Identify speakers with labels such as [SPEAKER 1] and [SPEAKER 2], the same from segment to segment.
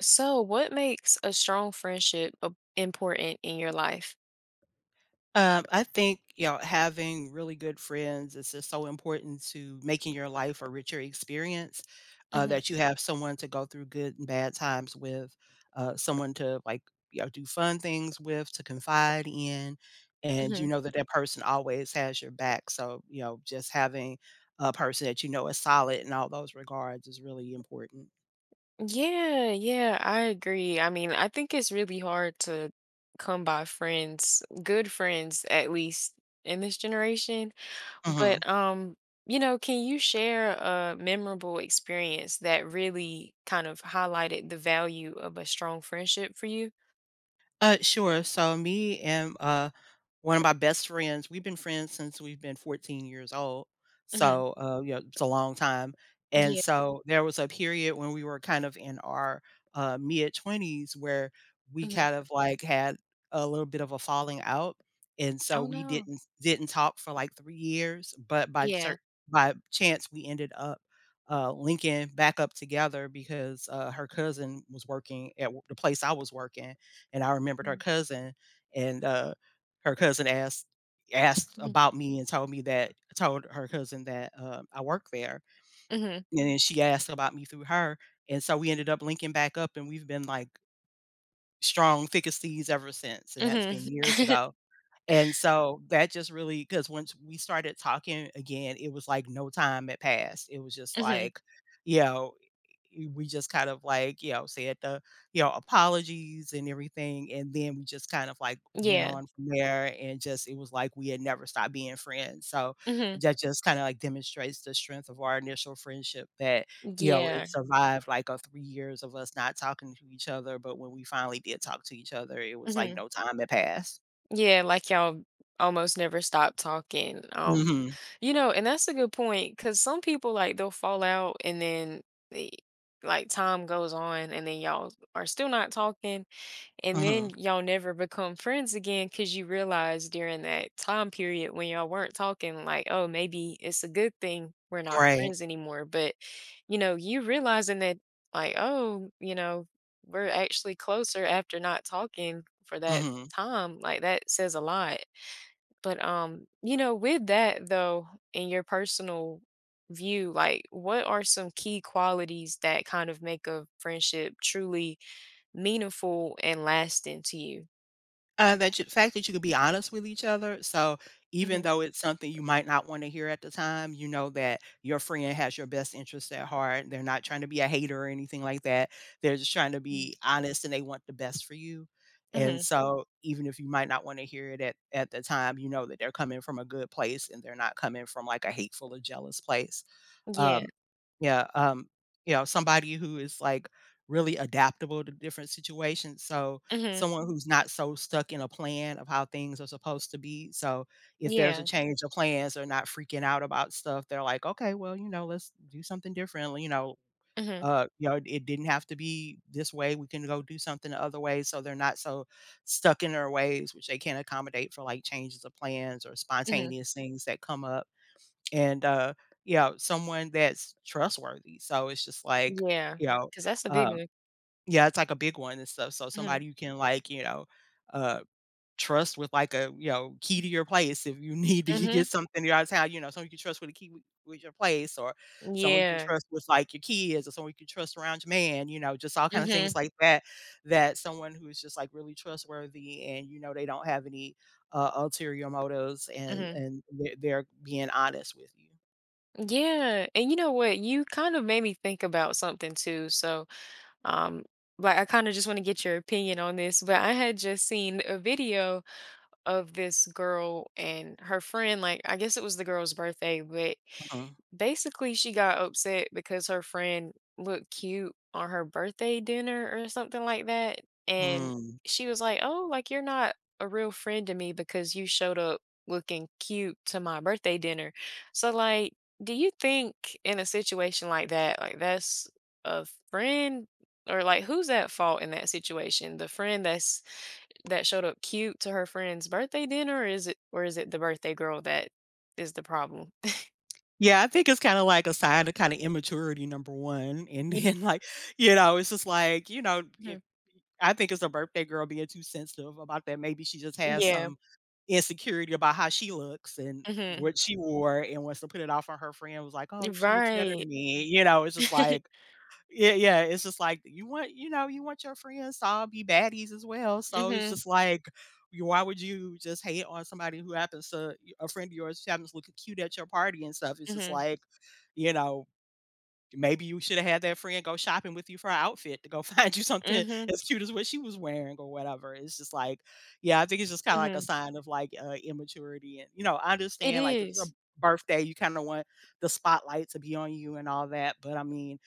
[SPEAKER 1] So, what makes a strong friendship important in your life?
[SPEAKER 2] I think, you know, having really good friends is just so important to making your life a richer experience,
[SPEAKER 1] Hmm
[SPEAKER 2] that you have someone to go through good and bad times with, someone to like, you know, do fun things with, to confide in, and you
[SPEAKER 1] hmm
[SPEAKER 2] know that that person always has your back. So, you know, just having a person that you know is solid in all those regards is really important.
[SPEAKER 1] Yeah, yeah, I agree. I mean, I think it's really hard to come by friends, good friends at least in this generation.
[SPEAKER 2] Mhm.
[SPEAKER 1] But can you share a memorable experience that really kind of highlighted the value of a strong friendship for you?
[SPEAKER 2] Sure. So me and one of my best friends, we've been friends since we've been 14 years old.
[SPEAKER 1] Hmm
[SPEAKER 2] So you know, it's a long time. And
[SPEAKER 1] Yeah.
[SPEAKER 2] so there was a period when we were kind of in our mid 20s where we
[SPEAKER 1] hmm
[SPEAKER 2] kind of like had a little bit of a falling out. And so
[SPEAKER 1] Oh
[SPEAKER 2] we
[SPEAKER 1] no.
[SPEAKER 2] didn't talk for like 3 years, but
[SPEAKER 1] Yeah.
[SPEAKER 2] by chance we ended up linking back up together because her cousin was working at the place I was working, and I remembered her cousin, and, her cousin asked
[SPEAKER 1] Mm-hmm.
[SPEAKER 2] about me and told me that told her cousin that, I work there,
[SPEAKER 1] hmm
[SPEAKER 2] and then she asked about me through her, and so we ended up linking back up, and we've been, like, strong, thick as thieves ever since, and that's been
[SPEAKER 1] hmm
[SPEAKER 2] years ago. And so that just really because once we started talking again, it was like no time had passed. It was just
[SPEAKER 1] hmm
[SPEAKER 2] like, you know, we just kind of like, you know, said the, you know, apologies and everything. And then we just kind of like went
[SPEAKER 1] Yeah.
[SPEAKER 2] on from there and just it was like we had never stopped being friends. So
[SPEAKER 1] Mhm.
[SPEAKER 2] that just kind of like demonstrates the strength of our initial friendship that, you know, it
[SPEAKER 1] Yeah.
[SPEAKER 2] survived like a 3 years of us not talking to each other. But when we finally did talk to each other, it was like
[SPEAKER 1] Mhm.
[SPEAKER 2] no time had passed.
[SPEAKER 1] Yeah, like y'all almost never stop talking.
[SPEAKER 2] Mhm.
[SPEAKER 1] You know, and that's a good point because some people like they'll fall out and then they, like time goes on and then y'all are still not talking. And then
[SPEAKER 2] Mhm.
[SPEAKER 1] y'all never become friends again because you realize during that time period when y'all weren't talking, like, oh, maybe it's a good thing we're not
[SPEAKER 2] Right.
[SPEAKER 1] friends anymore. But, you realizing that, like, oh, we're actually closer after not talking for that
[SPEAKER 2] Mhm.
[SPEAKER 1] time. Like, that says a lot. But, with that though, in your personal view, like, what are some key qualities that kind of make a friendship truly meaningful and lasting to you.
[SPEAKER 2] That you fact that you could be honest with each other, so even
[SPEAKER 1] Mhm.
[SPEAKER 2] though it's something you might not wanna hear at the time, you know that your friend has your best interest at heart, they're not trying to be a hater or anything like that, they're just trying to
[SPEAKER 1] Mm.
[SPEAKER 2] be honest and they want the best for you, and
[SPEAKER 1] Mhm.
[SPEAKER 2] so even if you might not wanna hear it at the time, you know that they're coming from a good place and they're not coming from, like, a hateful or jealous place.
[SPEAKER 1] Yeah.
[SPEAKER 2] Um, yeah, um, you know, somebody who is, like, really adaptable to different situations, so
[SPEAKER 1] Mhm.
[SPEAKER 2] someone who's not so stuck in a plan of how things are supposed to be, so if there's a
[SPEAKER 1] Yeah.
[SPEAKER 2] change of plans, they're not freaking out about stuff, they're like, "Okay, well, you know, let's do something differently,"
[SPEAKER 1] Mhm.
[SPEAKER 2] you know, "It didn't have to be this way, we can go do something the other way," so they're not so stuck in their ways, which they can accommodate for, like, changes of plans or
[SPEAKER 1] Mhm.
[SPEAKER 2] spontaneous things that come up and, you know, someone that's trustworthy, so it's just like,
[SPEAKER 1] Yeah.
[SPEAKER 2] you know,
[SPEAKER 1] 'Cause that's a big
[SPEAKER 2] um
[SPEAKER 1] one.
[SPEAKER 2] yeah, it's like a big one and stuff, so
[SPEAKER 1] Mhm.
[SPEAKER 2] somebody you can, like, you know, uh, trust with, like, a, you know, key to your place if you need to get
[SPEAKER 1] Mhm.
[SPEAKER 2] something out of town, you know, someone you can trust with a key with your place or someone you can
[SPEAKER 1] Yeah.
[SPEAKER 2] trust with, like, your kids or someone you can trust around your man, you know, just all kind of things
[SPEAKER 1] Mhm.
[SPEAKER 2] like that, that someone who's just, like, really trustworthy and, you know, they don't have any, ulterior motives and
[SPEAKER 1] Mhm.
[SPEAKER 2] and they're being honest with you.
[SPEAKER 1] Yeah. And you know what? You kind of made me think about something too. So, um, like I kind of just want to get your opinion on this, but I had just seen a video of this girl and her friend, like I guess it was the girl's birthday, but
[SPEAKER 2] Mm,
[SPEAKER 1] basically she got upset because her friend looked cute on her birthday dinner or something like that. And
[SPEAKER 2] mm.
[SPEAKER 1] she was like, oh, like you're not a real friend to me because you showed up looking cute to my birthday dinner. So like, do you think in a situation like that, like, that's a friend? Or like, who's at fault in that situation, the friend that showed up cute to her friend's birthday dinner, or is it the birthday girl that is the problem?
[SPEAKER 2] Yeah, I think it's kinda like a sign of kinda immaturity, number 1, and
[SPEAKER 1] Ye
[SPEAKER 2] then, like, you know, it's just like, you know,
[SPEAKER 1] Mhm.
[SPEAKER 2] if I think it's a birthday girl being too sensitive about that, maybe she just has
[SPEAKER 1] Yeah.
[SPEAKER 2] some insecurity about how she looks and
[SPEAKER 1] Mhm.
[SPEAKER 2] what she wore and wants to put it off on her friend was like, "Oh, she looks better
[SPEAKER 1] Right.
[SPEAKER 2] than me," you know, it's just like. Yeah, yeah, it's just like you want, you know, you want your friends to all be baddies as well. So it's
[SPEAKER 1] Mhm.
[SPEAKER 2] just like, you- why would you just hate on somebody who happens to a friend of yours who happens to look cute at your party and stuff? It's just
[SPEAKER 1] Mhm.
[SPEAKER 2] like, you know, maybe you should have had that friend go shopping with you for her outfit to go find you something
[SPEAKER 1] Mhm.
[SPEAKER 2] as cute as what she was wearing or whatever. It's just like, yeah, I think it's just kind of like a
[SPEAKER 1] Mhm.
[SPEAKER 2] sign of like immaturity. And, you know, I
[SPEAKER 1] It
[SPEAKER 2] understand like if it's a
[SPEAKER 1] is.
[SPEAKER 2] birthday, you kind of want the spotlight to be on you and all that. But I mean,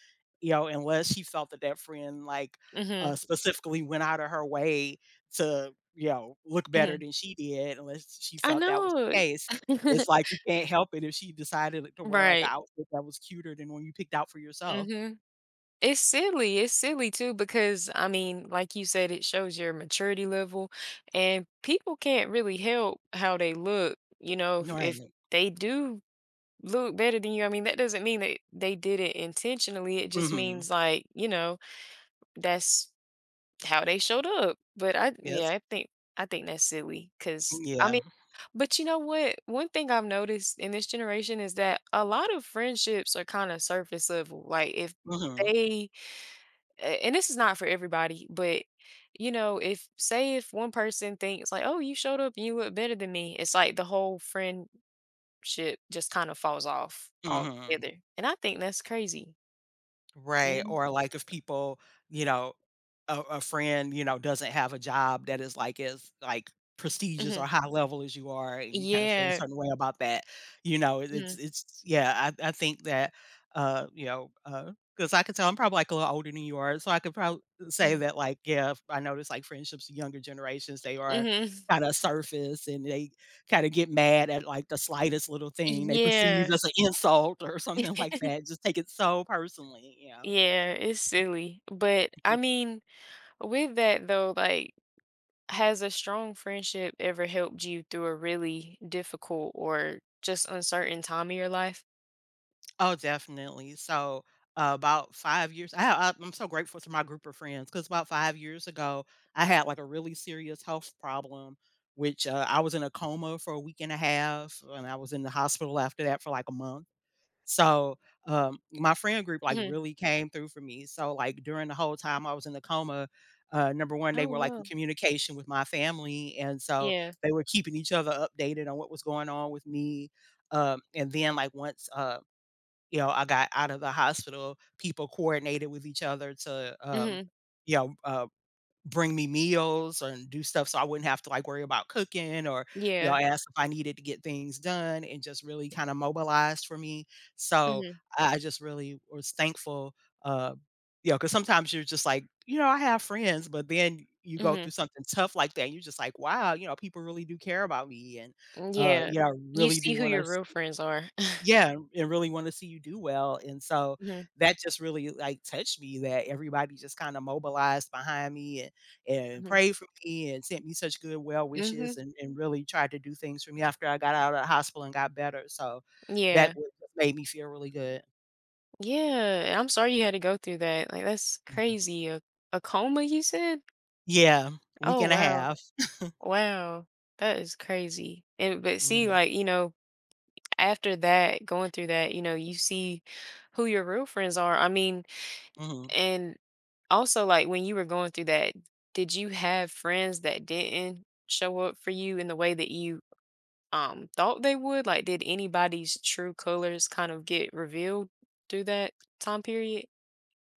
[SPEAKER 2] you know, unless she felt that that friend like
[SPEAKER 1] Mhm.
[SPEAKER 2] specifically went out of her way to, you know, look better
[SPEAKER 1] Mhm.
[SPEAKER 2] than she did, unless she
[SPEAKER 1] I
[SPEAKER 2] felt that was the
[SPEAKER 1] know.
[SPEAKER 2] case it's like you can't help it if she decided like, to wear, like, an
[SPEAKER 1] Right.
[SPEAKER 2] outfit that was cuter than one you picked out for yourself.
[SPEAKER 1] Mhm. It's silly too because, I mean, like you said, it shows your maturity level, and people can't really help how they look, you know, if
[SPEAKER 2] Right.
[SPEAKER 1] they do look better than you. I mean, that doesn't mean that they did it intentionally. It just
[SPEAKER 2] Mhm.
[SPEAKER 1] means like, you know, that's how they showed up. But I yeah,
[SPEAKER 2] Yes.
[SPEAKER 1] I think that's silly cuz I
[SPEAKER 2] Yeah.
[SPEAKER 1] mean, but you know what? One thing I've noticed in this generation is that a lot of friendships are kind of surface level. Like if
[SPEAKER 2] Mhm.
[SPEAKER 1] they and this is not for everybody, but you know, if say if one person thinks like, "Oh, you showed up and you look better than me." It's like the whole friend shit just kind of falls off
[SPEAKER 2] Mhm.
[SPEAKER 1] altogether, and I think that's crazy, you
[SPEAKER 2] Right,
[SPEAKER 1] know?
[SPEAKER 2] or, like, if people, you know a friend, you know, doesn't have a job that is like as like prestigious
[SPEAKER 1] Mhm.
[SPEAKER 2] or high level as you are, and you kind of feel a
[SPEAKER 1] Yeah.
[SPEAKER 2] certain way about that, you know, it it's
[SPEAKER 1] Mhm,
[SPEAKER 2] it's yeah, I think that, uh, you know, uh because I could tell I'm probably like a little older than you are, so I could probably say
[SPEAKER 1] mm,
[SPEAKER 2] that like, yeah, I notice like friendships in younger generations, they are
[SPEAKER 1] mhm.
[SPEAKER 2] kinda surface and they kinda get mad at like the slightest little thing they perceive
[SPEAKER 1] Yeah.
[SPEAKER 2] as an insult or something like that, just take it so personally, you know?
[SPEAKER 1] Yeah, it's silly, but, I mean, with that though, like, has a strong friendship ever helped you through a really difficult or just uncertain time of your life?
[SPEAKER 2] Oh, definitely. So, about 5 years I ha I I'm so grateful to my group of friends because about 5 years ago, I had, like, a really serious health problem, which, I was in a coma for a week and a half, and I was in the hospital after that for, like, a month. So, my friend group, like,
[SPEAKER 1] Mhm.
[SPEAKER 2] really came through for me. So, like, during the whole time I was in the coma, number 1, they
[SPEAKER 1] Oh,
[SPEAKER 2] were, like, in
[SPEAKER 1] no.
[SPEAKER 2] communication with my family, and so
[SPEAKER 1] Yeah.
[SPEAKER 2] they were keeping each other updated on what was going on with me. And then, like, once, you know, I got out of the hospital, people coordinated with each other to,
[SPEAKER 1] Mhm.
[SPEAKER 2] you know, bring me meals and do stuff so I wouldn't have to, like, worry about cooking or, you all
[SPEAKER 1] Yeah.
[SPEAKER 2] ask if I needed to get things done and just really kinda mobilized for me. So,
[SPEAKER 1] Mhm,
[SPEAKER 2] I just really was thankful, uh, you know, because sometimes you're just like, "You know, I have friends," but then you go
[SPEAKER 1] mhm.
[SPEAKER 2] through something tough like that, and you're just like, "Wow," you know, "people really do care about me and,
[SPEAKER 1] Yeah.
[SPEAKER 2] you know,
[SPEAKER 1] You
[SPEAKER 2] really
[SPEAKER 1] see
[SPEAKER 2] do
[SPEAKER 1] who
[SPEAKER 2] wanna"
[SPEAKER 1] your real friends are.
[SPEAKER 2] yeah, and really wanna see you do well, and so
[SPEAKER 1] Mhm,
[SPEAKER 2] that just really, like, touched me that everybody just kinda mobilized behind me and
[SPEAKER 1] mhm.
[SPEAKER 2] prayed for me and sent me such good well wishes
[SPEAKER 1] Mhm.
[SPEAKER 2] and really tried to do things for me after I got out of the hospital and got better, so that
[SPEAKER 1] Yeah.
[SPEAKER 2] would made me feel really good.
[SPEAKER 1] Yeah, and I'm sorry you had to go through that. Like, that's
[SPEAKER 2] Mhm.
[SPEAKER 1] crazy. A coma, you said?
[SPEAKER 2] Yeah, week
[SPEAKER 1] Oh,
[SPEAKER 2] and a
[SPEAKER 1] wow.
[SPEAKER 2] half.
[SPEAKER 1] Wow. That is crazy. And but see,
[SPEAKER 2] Mhm,
[SPEAKER 1] like, you know, after that, going through that, you know, you see who your real friends are. I mean,
[SPEAKER 2] mhm.
[SPEAKER 1] and also like when you were going through that, did you have friends that didn't show up for you in the way that you thought they would? Like, did anybody's true colors kind of get revealed through that time period?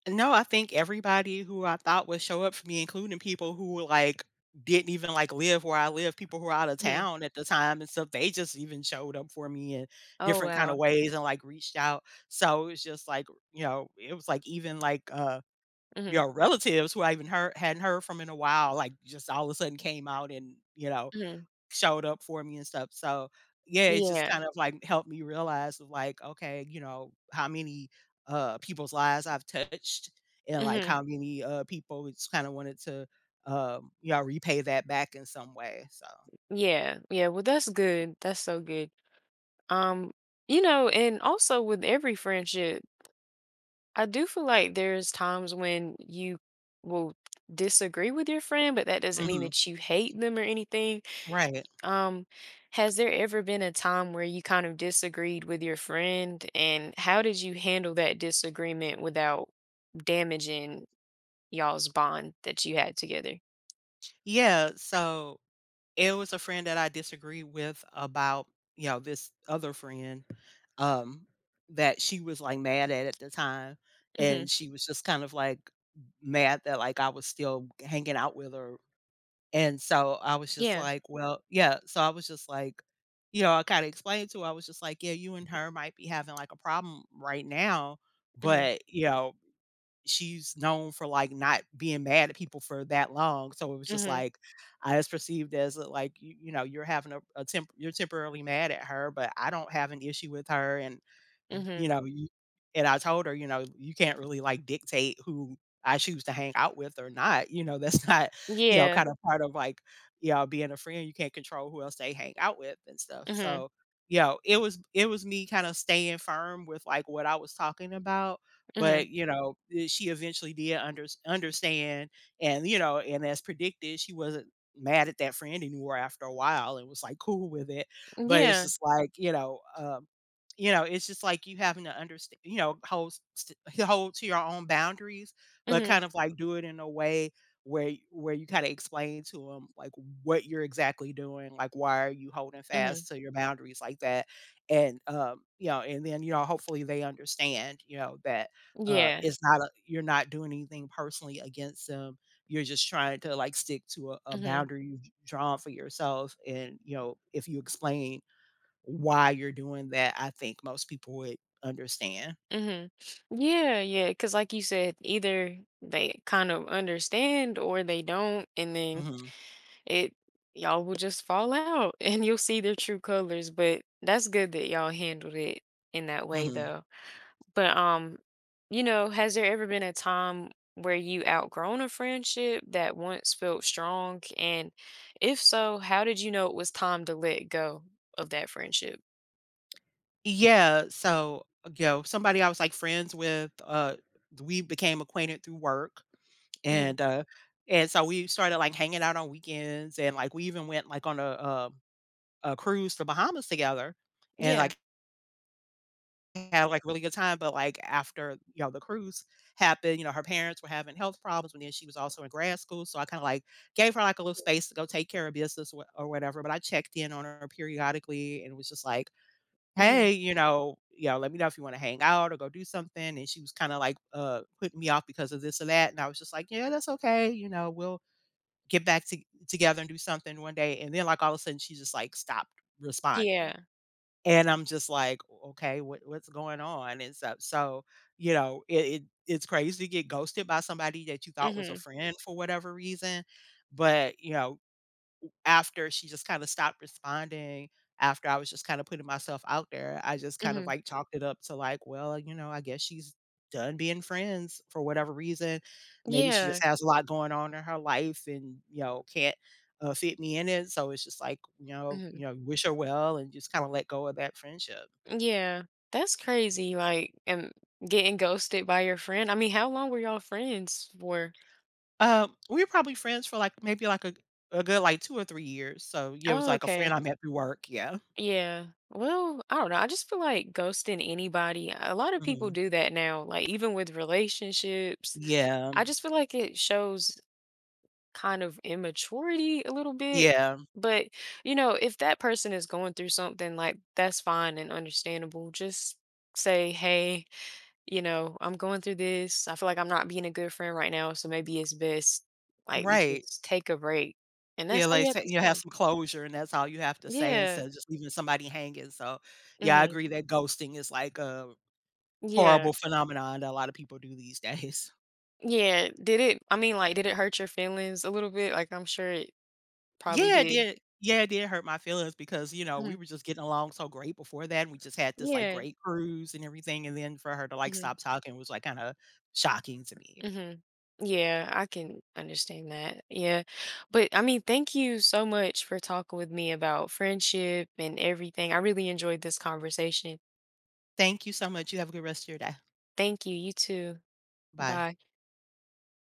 [SPEAKER 2] No, I think everybody who I thought would show up for me, including people who like, didn't even, like, live where I live, people who were out of
[SPEAKER 1] Mhm.
[SPEAKER 2] town at the time and stuff, they just even showed up for me in
[SPEAKER 1] Oh,
[SPEAKER 2] different kinda
[SPEAKER 1] wow.
[SPEAKER 2] ways and, like, reached out. So, it's just like, you know, it was, like, even, like, you
[SPEAKER 1] Mhm.
[SPEAKER 2] know, relatives who I even heard hadn't heard from in a while, like, just all of a sudden came out and, you know
[SPEAKER 1] Mhm.
[SPEAKER 2] showed up for me and stuff. So, yeah, it just
[SPEAKER 1] Yeah.
[SPEAKER 2] kind of, like, helped me realize of, like, okay, you know, how many, people's lives I've touched and, like,
[SPEAKER 1] Mhm.
[SPEAKER 2] how many, people just kinda wanted to, you know, repay that back in some way, so
[SPEAKER 1] Yeah. Yeah. Well, that's good. That's so good. Um, and also with every friendship, I do feel like there's times when you will disagree with your friend, but that doesn't mean
[SPEAKER 2] Mhm.
[SPEAKER 1] that you hate them or anything.
[SPEAKER 2] Right.
[SPEAKER 1] Um, has there ever been a time where you kind of disagreed with your friend, and how did you handle that disagreement without damaging y'all's bond that you had together?
[SPEAKER 2] Yeah, so it was a friend that I disagreed with about, you know, this other friend, um, that she was, like, mad at the time,
[SPEAKER 1] Mm-hmm.
[SPEAKER 2] and she was just kind of, like, mad that, like, I was still hanging out with her, and so I was just
[SPEAKER 1] Yeah.
[SPEAKER 2] like, "Well" yeah, so I was just like, you know, I kinda explained to her, I was just like, "Yeah, you and her might be having, like, a problem right now,
[SPEAKER 1] Mm-hmm.
[SPEAKER 2] but, you know, she's known for, like, not being mad at people for that long, so it was just
[SPEAKER 1] Mm-hmm.
[SPEAKER 2] like, I was perceived as, like, you know, you're having a temp you're temporarily mad at her, but I don't have an issue with her, and, y you
[SPEAKER 1] Mm-hmm.
[SPEAKER 2] know, you" and I told her, you know, "You can't really, like, dictate who I choose to hang out with or not," you know, that's not, you know,
[SPEAKER 1] Yeah.
[SPEAKER 2] kind of part of, like, you know, being a friend. You can't control who else they hang out with and stuff,
[SPEAKER 1] Mhm,
[SPEAKER 2] so, you know, it was me kinda staying firm with, like, what I was talking about,
[SPEAKER 1] mhm.
[SPEAKER 2] but, you know, she eventually did understand, and, you know, and as predicted, she wasn't mad at that friend anymore after a while and was, like, cool with it. But it's
[SPEAKER 1] Yeah.
[SPEAKER 2] just like, you know, it's just like you having to understand, you know, hold st hold to your own boundaries, but
[SPEAKER 1] Mhm,
[SPEAKER 2] kind of, like, do it in a way where you kinda explain to them like, what you're exactly doing, like, why are you holding
[SPEAKER 1] mhm.
[SPEAKER 2] fast to your boundaries like that? And, you know, and then, you know, hopefully they understand, you know, that
[SPEAKER 1] Yeah.
[SPEAKER 2] it's not a you're not doing anything personally against them. You're just trying to, like, stick to a
[SPEAKER 1] Mhm,
[SPEAKER 2] boundary you've drawn for yourself, and, you know, if you explain why you're doing that, I think most people would understand.
[SPEAKER 1] mhm. Yeah, yeah. Cause like you said, either they kind of understand or they don't, and then
[SPEAKER 2] Mhm,
[SPEAKER 1] it y'all will just fall out and you'll see their true colors, but that's good that y'all handled it in that way
[SPEAKER 2] mhm.
[SPEAKER 1] though. But, has there ever been a time where you outgrown a friendship that once felt strong? And if so, how did you know it was time to let go of that friendship?
[SPEAKER 2] Yeah, so, you know, somebody I was, like, friends with, we became acquainted through work,
[SPEAKER 1] Mhm.
[SPEAKER 2] and, uh, and so we started, like, hanging out on weekends, and, like, we even went, like, on a cruise to Bahamas together, and,
[SPEAKER 1] Yeah.
[SPEAKER 2] like, had, like, a really good time, but, like, after, you know, the cruise happened, you know, her parents were having health problems, and then she was also in grad school, so I kinda, like, gave her, like, a little space to go take care of business or whatever, but I checked in on her periodically and was just like,
[SPEAKER 1] Mhm.
[SPEAKER 2] "Hey, you know, let me know if you wanna hang out or go do something," and she was kinda, like, putting me off because of this or that, and I was just like, "Yeah, that's okay, you know, we'll get back to together and do something one day," and then, like, all of a sudden, she just, like, stopped responding.
[SPEAKER 1] Yeah.
[SPEAKER 2] And I'm just like, okay, what's going on?" And so, you know, it's crazy to get ghosted by somebody that you thought was a
[SPEAKER 1] Mhm.
[SPEAKER 2] friend for whatever reason, but, you know, after she just kinda stopped responding, after I was just kinda putting myself out there, I just kind of,
[SPEAKER 1] Mhm.
[SPEAKER 2] like, chalked it up to, like, well, you know, I guess she's done being friends for whatever reason. Maybe she
[SPEAKER 1] Yeah.
[SPEAKER 2] just has a lot going on in her life and, you know, can't, fit me in it, so it's just like, you
[SPEAKER 1] Mhm.
[SPEAKER 2] know, wish her well and just kinda let go of that friendship.
[SPEAKER 1] Yeah. That's crazy. Like, and getting ghosted by your friend. I mean, how long were y'all friends for?
[SPEAKER 2] We were probably friends for, like, maybe, like, a good, like, 2 or 3 years, so, yeah, it was
[SPEAKER 1] Oh,
[SPEAKER 2] like a friend
[SPEAKER 1] okay.
[SPEAKER 2] I met through work, yeah.
[SPEAKER 1] Yeah. Well, I don't know. I just feel like ghosting anybody. A lot of people
[SPEAKER 2] Mhm.
[SPEAKER 1] do that now, like even with relationships.
[SPEAKER 2] Yeah.
[SPEAKER 1] I just feel like it shows kind of immaturity a little bit.
[SPEAKER 2] Yeah.
[SPEAKER 1] But, you know, if that person is going through something, like, that's fine and understandable. Just say, "Hey, you know, I'm going through this. I feel like I'm not being a good friend right now, so maybe it's best, like, we
[SPEAKER 2] Right.
[SPEAKER 1] just take a break." And
[SPEAKER 2] Yeah,
[SPEAKER 1] that's all
[SPEAKER 2] like,
[SPEAKER 1] you have
[SPEAKER 2] say
[SPEAKER 1] to
[SPEAKER 2] you
[SPEAKER 1] say.
[SPEAKER 2] have some closure, and that's all you have to say
[SPEAKER 1] Yeah.
[SPEAKER 2] instead of just leaving somebody hanging, so, yeah, I
[SPEAKER 1] Mhm.
[SPEAKER 2] agree that ghosting is, like, a
[SPEAKER 1] Yeah.
[SPEAKER 2] horrible phenomenon that a lot of people do these days.
[SPEAKER 1] Yeah. Did it I mean, like, did it hurt your feelings a little bit? Like, I'm sure it probably
[SPEAKER 2] Yeah, it
[SPEAKER 1] did.
[SPEAKER 2] did yeah, it did hurt my feelings because, you know, we
[SPEAKER 1] Mhm.
[SPEAKER 2] were just getting along so great before that, and we just had this, like,
[SPEAKER 1] Yeah.
[SPEAKER 2] great cruise and everything, and then for her to, like,
[SPEAKER 1] Mhm.
[SPEAKER 2] stop talking was, like, kinda shocking to me.
[SPEAKER 1] hmm Yeah, I can understand that. Yeah. But I mean, thank you so much for talking with me about friendship and everything. I really enjoyed this conversation.
[SPEAKER 2] Thank you so much, you have a good rest of your day.
[SPEAKER 1] Thank you. You too.
[SPEAKER 2] Bye.
[SPEAKER 1] Bye.